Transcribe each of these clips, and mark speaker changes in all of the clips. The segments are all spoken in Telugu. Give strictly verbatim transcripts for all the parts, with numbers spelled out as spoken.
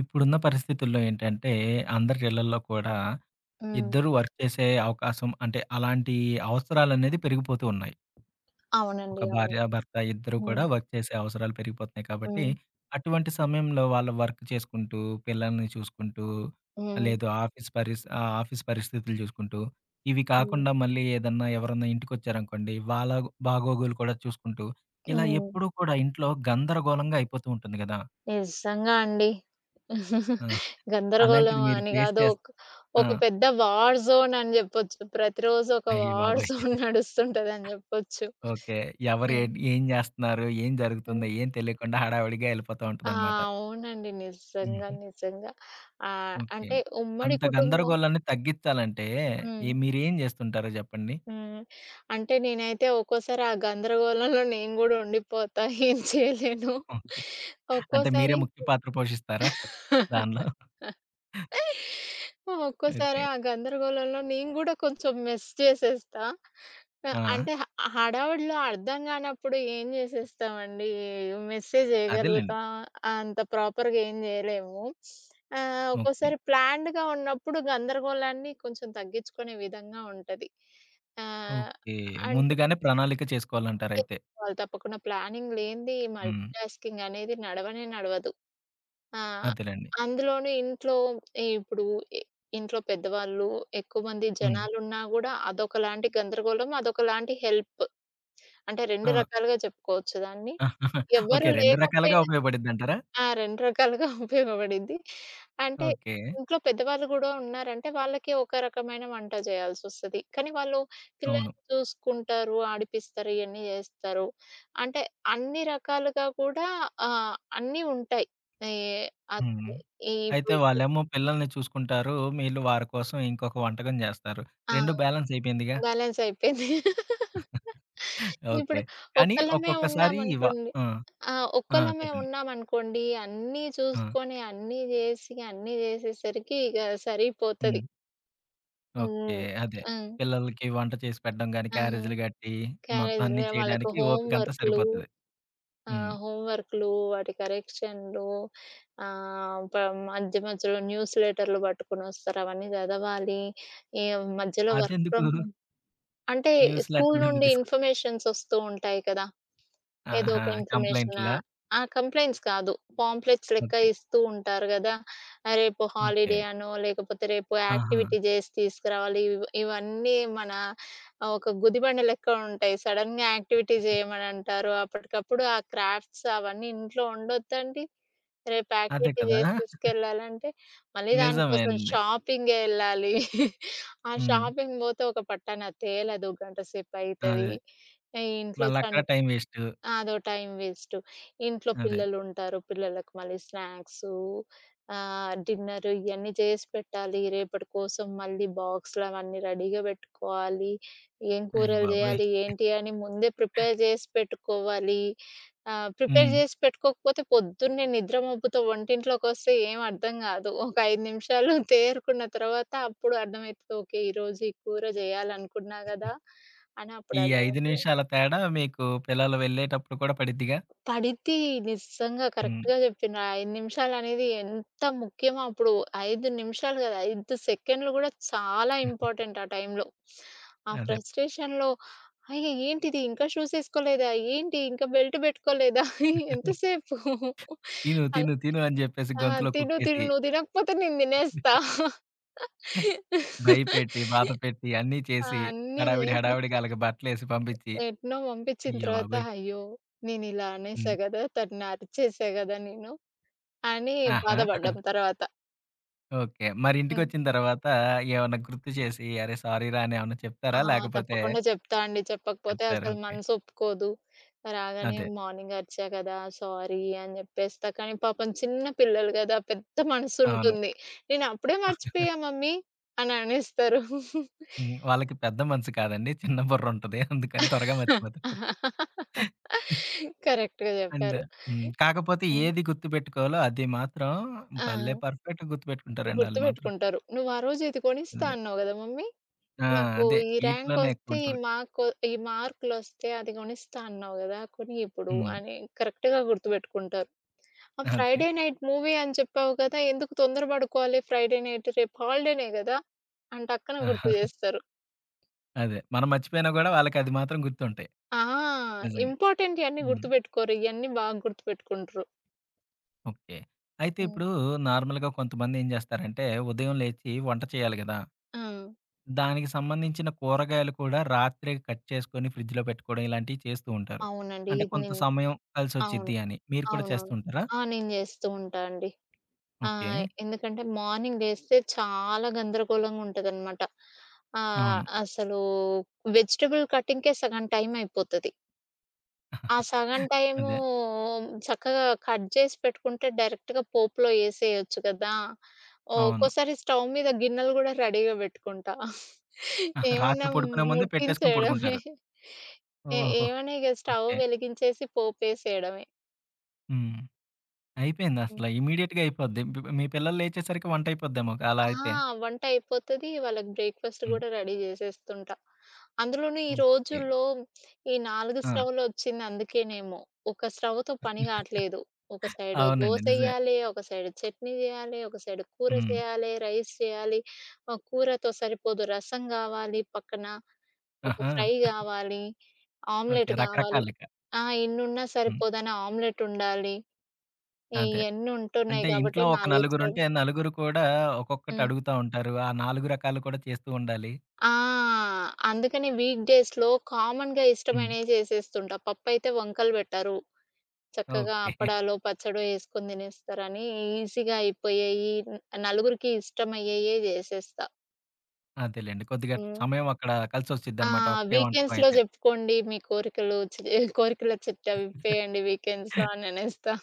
Speaker 1: ఇప్పుడున్న పరిస్థితుల్లో ఏంటంటే, అందరి ఇళ్లల్లో కూడా
Speaker 2: హ్మ్.
Speaker 1: ఇద్దరు వర్క్ చేసే అవకాశం అంటే, అలాంటి అవసరాలనేది పెరిగిపోతూ ఉన్నాయి. ఒక
Speaker 2: అవునండి. అవును.
Speaker 1: భార్యాభర్త ఇద్దరు కూడా
Speaker 2: హ్మ్.
Speaker 1: వర్క్ చేసే అవసరాలు పెరిగిపోతున్నాయి కాబట్టి,
Speaker 2: హ్మ్.
Speaker 1: అటువంటి సమయంలో వాళ్ళు వర్క్ చేసుకుంటూ, పిల్లల్ని చూసుకుంటూ,
Speaker 2: హ్మ్.
Speaker 1: లేదు ఆఫీస్ పరిస్ ఆహ్, ఆఫీస్ పరిస్థితులు చూసుకుంటూ, ఇవి
Speaker 2: హ్మ్.
Speaker 1: కాకుండా మళ్ళీ ఏదన్నా ఎవరన్నా ఇంటికొచ్చారనుకోండి, వాళ్ళ బాగోగులు కూడా చూసుకుంటూ, ఇలా
Speaker 2: హ్మ్.
Speaker 1: ఎప్పుడూ కూడా ఇంట్లో గందరగోళంగా అయిపోతూ ఉంటుంది గదా!
Speaker 2: నిజంగా అండి.
Speaker 1: ఆ!
Speaker 2: గందరగోళం
Speaker 1: అలాంటిది మీరు
Speaker 2: అని
Speaker 1: ఫేస్
Speaker 2: కాదు.
Speaker 1: చేస్
Speaker 2: ఒక
Speaker 1: ఆ!
Speaker 2: ఒక పెద్ద వార్ జోన్ అని చెప్పొచ్చు. ప్రతిరోజు ఒక
Speaker 1: అయ్య
Speaker 2: వార్
Speaker 1: బాబోయ్!
Speaker 2: జోన్ నడుస్తుంటదని చెప్పొచ్చు.
Speaker 1: ఓకే. ఎవరు ఏ
Speaker 2: హ్మ్.
Speaker 1: ఏం జేస్తున్నారు? ఏం
Speaker 2: హ్మ్.
Speaker 1: జరుగుతుందో ఏం తెలియకుండా హడావిడిగా ఎళ్ళిపోతా
Speaker 2: ఆ!
Speaker 1: ఉంటదనమాట.
Speaker 2: అవునండి. నిజంగా.
Speaker 1: హుహు.
Speaker 2: నిజంగా. ఆహ్,
Speaker 1: ఓకే.
Speaker 2: అంటే ఉమ్మడి
Speaker 1: అంత
Speaker 2: కుటుంబం
Speaker 1: గందరగోళాన్ని తగ్గిచ్చాలంటే
Speaker 2: హ్మ్.
Speaker 1: ఏ మీరేం జేస్తుంటారో జెప్పండి?
Speaker 2: హ్మ్. అంటే నేనైతే ఒక్కోసారి ఆ గందరగోళంలో నేను గూడా ఉండిపోతా. ఏం చేయలేను.
Speaker 1: ఓకే. అంటే మీరే
Speaker 2: ఒక్కోసారి
Speaker 1: ముఖ్య పాత్ర పోషిస్తారా దానిలో?
Speaker 2: ఒక్కోసారి
Speaker 1: ఓకే.
Speaker 2: ఆ గందరగోళంలో నేను గూడా కొంచెం మెస్ చేసేస్తా.
Speaker 1: ఆ!
Speaker 2: ఆహ్, అంటే హ హడావిడిలో అర్థం గానప్పుడు ఏం జేసేస్తామండి, మెస్సే
Speaker 1: అదేలెండి.
Speaker 2: జేయగలుగుతాం. అంత ప్రాపర్‌గా ఏం జేయలేము. ఆహ్,
Speaker 1: ఓకే.
Speaker 2: ఒక్కోసారి ప్లాన్డ్‌గా ఉన్నప్పుడు గందరగోళాన్ని కొంచెం తగ్గించుకునే విధంగా ఉంటది. ఆహ్,
Speaker 1: ఓకే.
Speaker 2: అంటే
Speaker 1: ముందుగానే ప్రణాళిక చేసుకోవాలంటారయితే.
Speaker 2: చేసుకోవాలి తప్పకుండా. ప్లానింగ్ లేనిది మల్టీ
Speaker 1: హ్మ్.
Speaker 2: టాస్కింగ్ అనేది నడవనే నడవదు. ఆ!
Speaker 1: అదేలెండి.
Speaker 2: అందులోనూ ఇంట్లో ఏ ఇప్పుడు ఇ ఇంట్లో పెద్దవాళ్ళు, ఎక్కువ మంది
Speaker 1: హ్మ్.
Speaker 2: జనాలున్నా గూడా అదొకలాంటి గందరగోళం, అదొకలాంటి హెల్ప్. అంటే రెండు
Speaker 1: ఆ!
Speaker 2: రకాలుగా చెప్పుకోవచ్చు దాన్ని. ఎవ్వరు
Speaker 1: ఓకే. రెండు రకాలుగా
Speaker 2: లేకపోయిన
Speaker 1: ఉపయోగపడిద్దంటారా?
Speaker 2: ఆ! రెండు రకాలుగా ఉపయోగపడిద్ది. అంటే
Speaker 1: ఓకే.
Speaker 2: ఇంట్లో పెద్దవాళ్ళు గూడా ఉన్నారంటే వాళ్ళకి ఒక రకమైన వంట జేయాల్సొస్తది. కానీ వాళ్ళు
Speaker 1: అవును.
Speaker 2: పిల్లల్ని చూసుకుంటారు, ఆడిపిస్తారు, ఇయన్నీ జేస్తారు. అంటే అన్ని రకాలుగా కూడా ఆహ్, అన్నీ ఉంటాయి. ఏ అది
Speaker 1: హ్మ్. అయితే
Speaker 2: ఇప్పుడు
Speaker 1: వాళ్ళేమో పిల్లల్ని చూసుకుంటారు. మీరు వారి కోసం ఇంకొక వంటకం జేస్తారు.
Speaker 2: ఆ!
Speaker 1: రెండు బ్యాలెన్స్ అయిపోయిందిగా.
Speaker 2: బ్యాలెన్స్ అయిపోయింది.
Speaker 1: ఓకే.
Speaker 2: ఇప్పుడు
Speaker 1: కానీ
Speaker 2: ఒక్కళ్ళమే
Speaker 1: ఒక్కొక్కసారి వ
Speaker 2: ఉన్నామనుకోండి
Speaker 1: ఆ!
Speaker 2: ఆ!
Speaker 1: ఆ!
Speaker 2: ఒక్కళ్ళమే
Speaker 1: చెప్పండి.
Speaker 2: ఉన్నామనుకోండి అన్నీ
Speaker 1: ఆ!
Speaker 2: చూసుకొని, అన్నీ జేసి, అన్నీ జేసేసరికి ఇగ
Speaker 1: హ్మ్.
Speaker 2: సరిపోతది.
Speaker 1: ఓకే.
Speaker 2: హ్మ్.
Speaker 1: అదే.
Speaker 2: ఆ!
Speaker 1: పిల్లలకి వంట చేసి పెట్టడం గాని,
Speaker 2: ఆ!
Speaker 1: క్యారేజీలు గట్టి మొత్తం
Speaker 2: క్యారేజ్
Speaker 1: అన్నీ
Speaker 2: వాళ్ళకు
Speaker 1: చేయడానికి
Speaker 2: హోమ్
Speaker 1: ఓపికంతా
Speaker 2: వర్క్‌లు
Speaker 1: సరిపోతది.
Speaker 2: ఆ!
Speaker 1: హ్మ్.
Speaker 2: హోమ్ వర్క్‌లు, వాటి కరెక్షన్‌లు ఆహ్, ప మధ్య మధ్యలో న్యూస్ లెటర్‌లు పట్టుకొనొస్తారు. అవన్నీ చదవాలి. ఈ మధ్యలో వర్క్
Speaker 1: అదెందుకు
Speaker 2: ఫ్రమ్ హోమ్ అంటే
Speaker 1: న్యూస్
Speaker 2: స్కూల్
Speaker 1: లెటర్‌లెందుకు
Speaker 2: నుండి
Speaker 1: తీసుకు
Speaker 2: ఇన్ఫర్మేషన్స్ వస్తూ ఉంటాయి కదా! ఏదో
Speaker 1: ఆహా!
Speaker 2: ఒక ఇన్ఫర్మేషనా
Speaker 1: కంప్లెయింట్‌లా?
Speaker 2: ఆ! కంప్లెయింట్స్ కాదు. పాంప్లెట్స్ లెక్క
Speaker 1: ఓకే.
Speaker 2: ఇస్తూ ఉంటారు గదా! ఆహ్, రేపు
Speaker 1: ఓకే.
Speaker 2: హాలిడే అనో, లేకపోతే రేపు
Speaker 1: ఆహా!
Speaker 2: యాక్టివిటీ జేసి తీసుకురావాలి. ఇవ్ ఇవన్నీ మన ఆహ్, ఒక గుదిబండ లెక్క ఉంటాయి. సడెన్‌గా యాక్టివిటీ జేయమని అంటారు. అప్పటికప్పుడు ఆ క్రాఫ్ట్స్ అవన్నీ ఇంట్లో ఉండొద్దండి. రేపు
Speaker 1: అదే
Speaker 2: యాక్టివిటీ
Speaker 1: కదా!
Speaker 2: జేసి తీసుకెళ్ళాలంటే, మళ్ళీ దానికోసం
Speaker 1: నిజమేనండి.
Speaker 2: షాపింగే యెళ్ళాలి. ఆ
Speaker 1: హ్మ్.
Speaker 2: షాపింగ్ బోతే ఒక పట్టాన తేలదు. గంట సేపు అయితది.
Speaker 1: అదే.
Speaker 2: ఆహ్, ఇంట్లో చం
Speaker 1: మళ్ళక్కడ టైం వేస్టు.
Speaker 2: అదో టైం వేస్టు. ఇంట్లో
Speaker 1: అదే.
Speaker 2: పిల్లలుంటారు. పిల్లలకు మళ్ళీ స్నాక్సు, ఆహ్, డిన్నరు ఇయన్నీ చేసి పెట్టాలి. రేపటి కోసం మళ్ళీ బాక్సులవన్నీ రెడీగా పెట్టుకోవాలి. ఏం
Speaker 1: అయ్య
Speaker 2: కూరలు
Speaker 1: బాబోయ్!
Speaker 2: జేయాలి, ఏంటి అని ముందే ప్రిపేర్ జేసి పెట్టుకోవాలి. ఆహ్, ప్రిపేర్
Speaker 1: హ్మ్.
Speaker 2: జేసి పెట్టుకోకపోతే పొద్దున్నే నిద్ర మబ్బుతో వంటింట్లోకొస్తే ఏం అర్థం గాదు. ఒక ఐదు నిమిషాలు తేరుకున్న తర్వాత అప్పుడు అర్థమైతది. ఓకే. ఈరోజు ఈ కూర జేయాలనుకున్నా గదా! అని అప్పుడు
Speaker 1: ఈ ఐదు
Speaker 2: అర్థమైతది.
Speaker 1: నిమిషాల తేడా మీకు పిల్లలు వెళ్ళేటప్పుడు కూడా పడిద్దిగా?
Speaker 2: పడిద్ది. నిజంగా
Speaker 1: హ్మ్.
Speaker 2: కరెక్ట్‌గా జెప్పిన్రు. ఆ ఐదు నిమిషాలనేది ఎంత ముఖ్యమో అప్పుడు ఐదు నిమిషాలు గాదు, ఐదు సెకండ్‌లు గూడా చాలా ఇంపార్టెంట్ ఆ టైంలో. ఆ
Speaker 1: అదే.
Speaker 2: ఫ్రస్ట్రేషన్‌లో అయ్య! ఏంటిది ఇంకా షూస్ ఏసుకోలేదా? ఏంటి ఇంకా బెల్ట్ బెట్టుకోలేదా? ఎంతసేపు
Speaker 1: తిను,
Speaker 2: అలా
Speaker 1: తిను, తిను అని జెప్పేసి
Speaker 2: ఆ!
Speaker 1: గొంతులో
Speaker 2: తిను, తిను
Speaker 1: కుక్కేసి,
Speaker 2: నువ్వు తినకపోతే నేను తినేస్తా.
Speaker 1: భయపెట్టి, బాధపెట్టి అన్నీ
Speaker 2: ఆ!
Speaker 1: చేసి,
Speaker 2: అన్నీ
Speaker 1: హడావిడి
Speaker 2: జేసి
Speaker 1: హడావిడిగా ఆళ్ళకి బట్టలేసి పంపించి,
Speaker 2: ఎట్నో పంపించిన
Speaker 1: అయ్య
Speaker 2: తర్వాత
Speaker 1: బాబోయ్!
Speaker 2: అయ్యో! నేనిలా అనేసా
Speaker 1: హ్మ్.
Speaker 2: గదా! తనని అరిచేసా గదా! నేను అని
Speaker 1: ఆహా!
Speaker 2: బాధపడ్డాం తర్వాత.
Speaker 1: ఓకే. మరి
Speaker 2: హ్మ్.
Speaker 1: ఇంటికొచ్చిన తర్వాత ఏమన్నా గుర్తు చేసి, "అరే! సారీరా" అని ఏమన్నా చెప్తారా?
Speaker 2: ఆ!
Speaker 1: లేకపోతే
Speaker 2: తప్పకుండా చెప్తా అండి. చెప్పకపోతే
Speaker 1: చెప్తారు.
Speaker 2: అసలు
Speaker 1: ఓకే.
Speaker 2: మనసు ఒప్పుకోదు. రాగానే
Speaker 1: అదే.
Speaker 2: మార్నింగ్ అరిచా కదా! సారీ అని చెప్పేస్తా. కానీ పాపం చిన్న పిల్లలు కదా! పెద్ద మనసు
Speaker 1: అవును.
Speaker 2: ఉంటుంది. "నేను అప్పుడే మర్చిపోయా మమ్మీ" అని అనేస్తారు.
Speaker 1: హ్మ్. వాళ్ళకి పెద్ద మనసు కాదండి. చిన్న బుర్రుంటది. అందుకని త్వరగా మర్చిపోతారు.
Speaker 2: కరెక్ట్‌గా
Speaker 1: అండ్
Speaker 2: చెప్పారు.
Speaker 1: హ్మ్. కాకపోతే
Speaker 2: హ్మ్.
Speaker 1: ఏది గుర్తుపెట్టుకోవాలో అది మాత్రం
Speaker 2: ఆ!
Speaker 1: భలే పర్ఫెక్ట్‌గా గుర్తుపెట్టుకుంటారండి ఆళ్ళు మాత్రం.
Speaker 2: గుర్తుపెట్టుకుంటారు. "నువ్వు ఆ రోజు ఇది కొనిస్తా
Speaker 1: అదే.
Speaker 2: అన్నావు కదా మమ్మీ"
Speaker 1: ఆ!
Speaker 2: నాకు
Speaker 1: అదే.
Speaker 2: ఈ
Speaker 1: ఈటిలోనే
Speaker 2: ర్యాంకొస్తే ఈ
Speaker 1: ఎక్కువుంటది.
Speaker 2: మార్కు ఈ మార్కులొస్తే అది గొనిస్తా అన్నావు గదా! కొని ఇప్పుడు
Speaker 1: హ్మ్.
Speaker 2: అని కరెక్ట్‌గా గుర్తుపెట్టుకుంటారు. ఆ
Speaker 1: అదే.
Speaker 2: ఫ్రైడే నైట్ మూవీ అని చెప్పావు కదా! ఎందుకు తొందర పడుకోవాలి ఫ్రైడే నైట్ రేపు హాలిడేనే గదా! అని టక్కన గుర్తు
Speaker 1: ఆహా.
Speaker 2: జేస్తారు.
Speaker 1: అదే. మనం మర్చిపోయినా గూడా వాళ్ళకది మాత్రం గుర్తుంటాయి.
Speaker 2: ఆ!
Speaker 1: నిజంగా.
Speaker 2: ఇంపార్టెంటియన్నీ
Speaker 1: హ్మ్.
Speaker 2: గుర్తుపెట్టుకోరు. ఇయన్నీ బాగా గుర్తుపెట్టుకుంటరు.
Speaker 1: ఓకే. అయితే
Speaker 2: హ్మ్.
Speaker 1: ఇప్పుడు నార్మల్‌గా కొంతమందేం జేస్తారంటే, ఉదయం లేచి వంట చేయాలి గదా!
Speaker 2: ఆ!
Speaker 1: దానికి సంబంధించిన కూరగాయలు కూడా రాత్రే కట్ చేసుకొని ఫ్రిడ్జ్‌లో పెట్టుకోవడం ఇలాంటివి చేస్తూ ఉంటారు.
Speaker 2: అవునండి.
Speaker 1: అంటే
Speaker 2: ఇది
Speaker 1: కొంత
Speaker 2: నేను
Speaker 1: సమయం
Speaker 2: అవును.
Speaker 1: కలిసొచ్చిద్ది అని. మీరు కూడా చేస్తూ
Speaker 2: అవునవును.
Speaker 1: ఉంటారా?
Speaker 2: ఆ! నేను జేస్తూ ఉంటా అండి. ఆ!
Speaker 1: ఓకే.
Speaker 2: ఎందుకంటే మార్నింగ్ లేస్తే చాలా గందరగోళంగా ఉంటదనమాట. ఆహ్,
Speaker 1: అవును.
Speaker 2: అసలు వెజిటబుల్ కటింగ్‌కే సగం టైం అయిపోతది. ఆ సగం టైము
Speaker 1: అదే.
Speaker 2: చక్కగా కట్ చేసి పెట్టుకుంటే డైరెక్ట్‌గా పోపులో ఏసేయొచ్చు కదా!
Speaker 1: అవును.
Speaker 2: ఒక్కోసారి స్టవ్ మీద గిన్నెలు గూడా రెడీగా పెట్టుకుంటా.
Speaker 1: ఆహా! రాత్రి
Speaker 2: ఏమన్నా
Speaker 1: పడుకునే ముందే పెట్టేసుకొని
Speaker 2: ముట్టించేయడమే.
Speaker 1: పడుకుంటారు.
Speaker 2: ఏ
Speaker 1: ఓహో!
Speaker 2: ఏమన్నా ఇగ స్టవ్
Speaker 1: ఓకే.
Speaker 2: వెలిగించేసి పోపేసేయడమే.
Speaker 1: హ్మ్. అయిపోయిందసల ఇమ్మీడియేట్‌గా అయిపోద్ది. బ్ మీ పిల్లలు లేచేసరికి వంటయిపోద్దేమో అలా
Speaker 2: ఆ!
Speaker 1: అయితే.
Speaker 2: వంట అయిపోతది. వాళ్ళకి బ్రేక్‌ఫాస్ట్
Speaker 1: హ్మ్.
Speaker 2: గూడా రెడీ జేసేస్తుంటా. అందులోనూ ఈ
Speaker 1: ఓకే.
Speaker 2: రోజుల్లో ఈ నాలుగు
Speaker 1: ఆ!
Speaker 2: స్టవ్‌లొచ్చింది అందుకేనేమో. ఒక స్టవ్‌తో పని గాట్లేదు. ఒక సైడు
Speaker 1: అవునండి. నిజమే.
Speaker 2: దోసెయ్యాలి, ఒక సైడు చట్నీ జేయాలి, ఒక సైడు కూర
Speaker 1: హ్మ్.
Speaker 2: చేయాలి, రైస్ చేయాలి. ఆహ్, కూరతో సరిపోదు రసం గావాలి పక్కన, ఒక
Speaker 1: ఆహా!
Speaker 2: ఫ్రై గావాలి,
Speaker 1: ఓకే.
Speaker 2: ఆమ్లెట్ గావాలి.
Speaker 1: రకరకాలిక.
Speaker 2: ఆ! ఇన్నున్నా
Speaker 1: హ్మ్.
Speaker 2: సరిపోదని ఆమ్లెట్ ఉండాలి.
Speaker 1: అదే.
Speaker 2: ఇయన్నీ
Speaker 1: అంటే
Speaker 2: ఉంటున్నాయి గాబట్టి
Speaker 1: ఇంట్లో ఒక
Speaker 2: నాలుగు స్టవ్
Speaker 1: నలుగురుంటే నలుగురు కూడా ఒక్కొక్కటి
Speaker 2: హ్మ్.
Speaker 1: అడుగుతా ఉంటారు. ఆ నాలుగు రకాలు కూడా చేస్తూ ఉండాలి.
Speaker 2: ఆ! అందుకనే వీక్ డేస్‌లో కామన్‌గా
Speaker 1: హ్మ్.
Speaker 2: ఇష్టమైనవి చేసేస్తుంటా. పప్పయితే వంకలు పెట్టరు. చక్కగా
Speaker 1: ఓకే.
Speaker 2: అప్పడాలో, పచ్చడో యేసుకొని తినేస్తారని ఈజీగా అయిపోయేయి, న్ నలుగురికి ఇష్టమయ్యేయే జేసేస్తా.
Speaker 1: అదేలెండి. కొద్దిగా
Speaker 2: హ్మ్.
Speaker 1: సమయం అక్కడ
Speaker 2: ఆ!
Speaker 1: కలిసొచ్చిద్దనమాట. ఒకే వంటకం
Speaker 2: వీకెండ్స్‌లో జెప్పుకోండి మీ కోరికలు చి కోరికల చిట్టా
Speaker 1: అయితే.
Speaker 2: విప్పేయండి వీకెండ్స్‌లో అననేస్తా.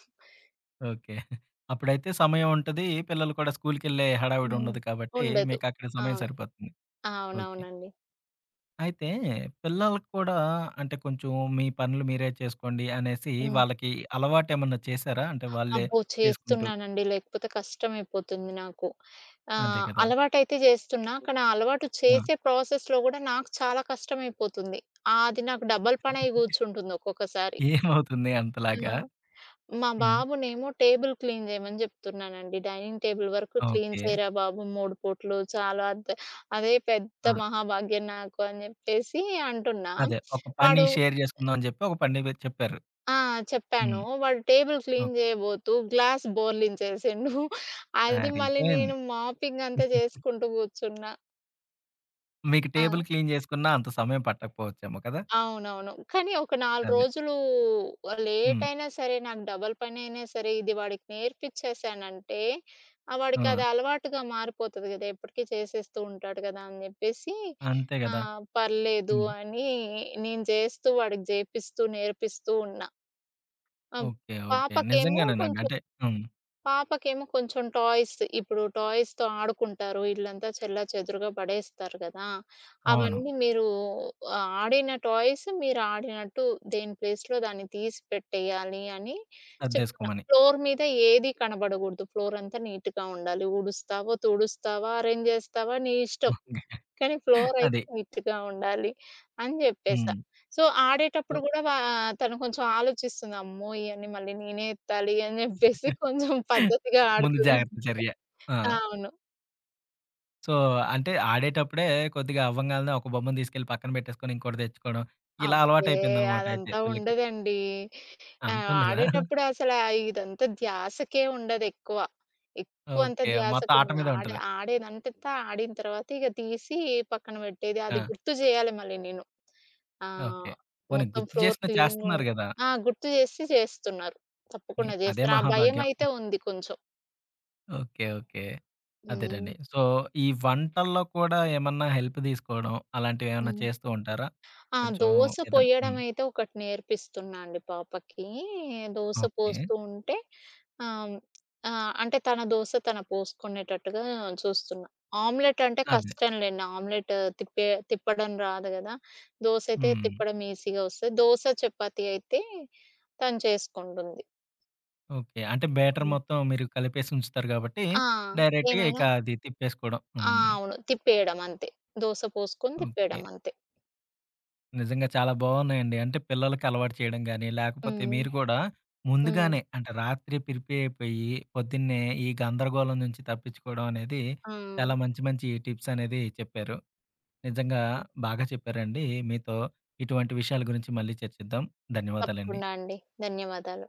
Speaker 1: ఓకే. అప్పుడైతే సమయం ఉంటది. పిల్లలు కూడా స్కూలుకెళ్ళే హడావిడి
Speaker 2: హ్మ్.
Speaker 1: ఉండదు కాబట్టి,
Speaker 2: ఉండదు.
Speaker 1: మీకక్కడ సమయం
Speaker 2: అవును.
Speaker 1: సరిపోతుంది. ఓకే.
Speaker 2: అవునవునండి.
Speaker 1: అయితే పిల్లలకి కూడా అంటే కొంచెం మీ పనులు మీరే చేసుకోండి అనేసి
Speaker 2: హ్మ్.
Speaker 1: వాళ్ళకి అలవాటేమన్నా చేశారా? అంటే వాళ్ళే
Speaker 2: అబ్బో!
Speaker 1: చేసుకుంటూ
Speaker 2: చేస్తున్నానండి. లేకపోతే కష్టమైపోతుంది నాకు.
Speaker 1: అదే
Speaker 2: ఆహ్,
Speaker 1: కదా!
Speaker 2: అలవాటైతే జేస్తున్నా. కానీ ఆ అలవాటు
Speaker 1: ఆ!
Speaker 2: చేసే ప్రాసెస్‌లో గూడా నాకు చాలా కష్టమైపోతుంది. ఆహ్, అది నాకు డబల్ పనై గూర్చుంటుంది ఒక్కొక్కసారి.
Speaker 1: ఏమవుతుంది
Speaker 2: ఆ!
Speaker 1: అంతలాగా?
Speaker 2: మా
Speaker 1: హ్మ్.
Speaker 2: బాబునేమో టేబుల్ క్లీన్ జేయమని జెప్తున్నానండి. డైనింగ్ టేబుల్ వరకు క్లీన్
Speaker 1: ఓకే.
Speaker 2: చేయరా బాబు మూడు పూట్లు చాలా అద్ అదే
Speaker 1: ఆ!
Speaker 2: పెద్ద మహాభాగ్యం నాకు అని జెప్పేసి అంటున్నా.
Speaker 1: అదే ఒక పని
Speaker 2: వాడు
Speaker 1: షేర్ చేసుకుందాం అని చెప్పి ఒక పని మీరు చెప్పారు.
Speaker 2: ఆ! చెప్పాను.
Speaker 1: హ్మ్.
Speaker 2: వాడు టేబుల్ క్లీన్
Speaker 1: ఓకే.
Speaker 2: జేయబోతూ గ్లాస్ బోర్లించేసిండు. అది మళ్ళీ
Speaker 1: సరిపోయింది.
Speaker 2: నేను మాపింగ్ అంతా చేసుకుంటూ గూర్చున్నా.
Speaker 1: మీకు
Speaker 2: ఆ!
Speaker 1: టేబుల్ క్లీన్ చేసుకున్నా అంత సమయం పట్టకపోవచ్చేమో కదా!
Speaker 2: అవునవును. కానీ ఒక నాలుగు
Speaker 1: అదే.
Speaker 2: రోజులు లేట్
Speaker 1: హ్మ్.
Speaker 2: అయినా సరే, నాకు డబల్ పనైనా సరే, ఇది వాడికి నేర్పిచ్చేసానంటే, ఆ!
Speaker 1: ఆ!
Speaker 2: వాడికి అది అలవాటుగా మారిపోతది గదా! ఎప్పటికి చేసేస్తూ ఉంటాడు గదా! అని జెప్పేసి,
Speaker 1: అంతే
Speaker 2: ఆ!
Speaker 1: గదా!
Speaker 2: పర్లేదు
Speaker 1: హ్మ్.
Speaker 2: అని నేను జేస్తూ వాడికి జేపిస్తూ నేర్పిస్తూ ఉన్నా. ఆ!
Speaker 1: ఓకే. ఓకే.
Speaker 2: పాపకేమో
Speaker 1: నిజంగానేనండి.
Speaker 2: కొంచెం
Speaker 1: అంటే హ్మ్.
Speaker 2: పాపకేమో కొంచెం టాయ్స్. ఇప్పుడు టాయ్స్‌తో ఆడుకుంటారు. ఇల్లంతా చెల్లాచెదురుగా పడేస్తారు గదా!
Speaker 1: అవును.
Speaker 2: అవన్నీ మీరు ఆహ్, ఆడిన టాయ్స్ మీరాడినట్టు దేని ప్లేస్‌లో దాన్ని తీసి పెట్టేయాలి అని చెప్తున్నా.
Speaker 1: సర్దేసుకోమని.
Speaker 2: ఫ్లోర్ మీద ఏది కనబడగూడదు. ఫ్లోరంతా నీట్‌గా ఉండాలి. ఊడుస్తావో, తుడుస్తావా, అరేంజ్ జేస్తావా నీ ఇష్టం. కానీ ఫ్లోరైతే
Speaker 1: అది.
Speaker 2: నీట్‌గా ఉండాలి అని జెప్పేసా.
Speaker 1: హ్మ్.
Speaker 2: సో,
Speaker 1: సో,
Speaker 2: ఆడేటప్పుడు గూడా వా తను కొంచెం ఆలోచిస్తుంది. అమ్మో! ఇయన్నీ మళ్ళీ నేనే ఎత్తాలి అని జెప్పేసి కొంచెం పద్ధతిగా
Speaker 1: ముందు
Speaker 2: ఆడుతుంది.
Speaker 1: జాగ్రత్త చర్య. ఆ!
Speaker 2: అవును.
Speaker 1: సో, అంటే ఆడేటప్పుడే కొద్దిగా అవ్వంగాల్నే ఒక బొమ్మను తీసుకెళ్ళి పక్కన పెట్టేసుకొని ఇంకోటి తెచ్చుకోవడం. ఇలా
Speaker 2: అబ్బే!
Speaker 1: అలవాటయిపోయిందనమాట అయితే
Speaker 2: అదంతా
Speaker 1: వీళ్ళకి.
Speaker 2: ఉండదండి. ఆ!
Speaker 1: అంతుండదా?
Speaker 2: ఆడేటప్పుడు అసలా ఇదంతా ధ్యాసకే ఉండదెక్కువ. ఎక్కువంత
Speaker 1: ఓకే. మొత్తం ఆట
Speaker 2: ధ్యాసకుండదు.
Speaker 1: మీదే
Speaker 2: ఆడ
Speaker 1: ఉంటది.
Speaker 2: ఆడేదంతా ఆడిన తర్వాత ఇగ తీసి పక్కన పెట్టేది.
Speaker 1: ఆ!
Speaker 2: అది గుర్తు జేయాలి మళ్ళీ నేను. ఆహ్,
Speaker 1: ఓకే. పోనీ
Speaker 2: మొత్తం
Speaker 1: గుర్తు
Speaker 2: ఫ్లోర్
Speaker 1: చేసినా
Speaker 2: క్లీన్‌గున్
Speaker 1: చేస్తున్నారు గదా!
Speaker 2: ఆ! గుర్తు జేసి చేస్తున్నారు. తప్పకుండా
Speaker 1: హ్మ్. అదే
Speaker 2: జేస్తారు. ఆ
Speaker 1: మహాభాగ్యం.
Speaker 2: భయమైతే ఉంది కొంచెం.
Speaker 1: ఓకే. ఓకే. అదేనండి.
Speaker 2: హ్మ్.
Speaker 1: సో, ఈ వంటల్లో కూడా ఏమన్నా హెల్ప్ తీసుకోవడం అలాంటివేమన్నా
Speaker 2: హ్మ్.
Speaker 1: చేస్తూ ఉంటారా?
Speaker 2: ఆ!
Speaker 1: కొంచెం
Speaker 2: దోస
Speaker 1: ఏదన్నా హ్మ్.
Speaker 2: పొయ్యడమైతే ఒకటి నేర్పిస్తున్నా అండి పాపకి. దోస
Speaker 1: ఓకే.
Speaker 2: పోస్తూ ఉంటే ఆహ్, ఆహ్, అంటే తన దోస తను పోసుకునేటట్టుగా చూస్తున్నా. ఆమ్లెట్ అంటే
Speaker 1: అదే.
Speaker 2: కష్టంలేండి. ఆమ్లెట్ తిప్పే తిప్పడం రాదు గదా! దోస అయితే
Speaker 1: హ్మ్.
Speaker 2: తిప్పడం ఈజీగా వస్తది. దోస, చపాతీ అయితే తను చేసుకుంటుంది.
Speaker 1: ఓకే. అంటే బ్యాటర్
Speaker 2: హ్మ్.
Speaker 1: మొత్తం మీరు కలిపేసి ఉంచుతారు కాబట్టి
Speaker 2: ఆ!
Speaker 1: డైరెక్ట్‌గా ఇక
Speaker 2: ఏమైనా
Speaker 1: అది తిప్పేసుకోవడం.
Speaker 2: ఆ!
Speaker 1: హ్మ్.
Speaker 2: అవును. తిప్పేయడం అంతే. దోస పోసుకొని
Speaker 1: ఓకే.
Speaker 2: తిప్పేయడం అంతే.
Speaker 1: నిజంగా చాలా బావున్నాయండి. అంటే పిల్లలకి అలవాటు చేయడం గాని, లేకపోతే
Speaker 2: హ్మ్.
Speaker 1: మీరు కూడా
Speaker 2: హ్మ్.
Speaker 1: ముందుగానే అంటే రాత్రి ప్రిపేర్ అయిపోయి పొద్దున్నే ఈ గందరగోళం నుంచి తప్పించుకోవడం అనేది
Speaker 2: ఆ!
Speaker 1: చాలా మంచి మంచి టిప్స్ అనేది చెప్పారు. నిజంగా బాగా చెప్పారండి. మీతో ఇటువంటి విషయాల గురించి మళ్ళీ చర్చిద్దాం. ధన్యవాదాలండి.
Speaker 2: తప్పకుండా అండి. ధన్యవాదాలు.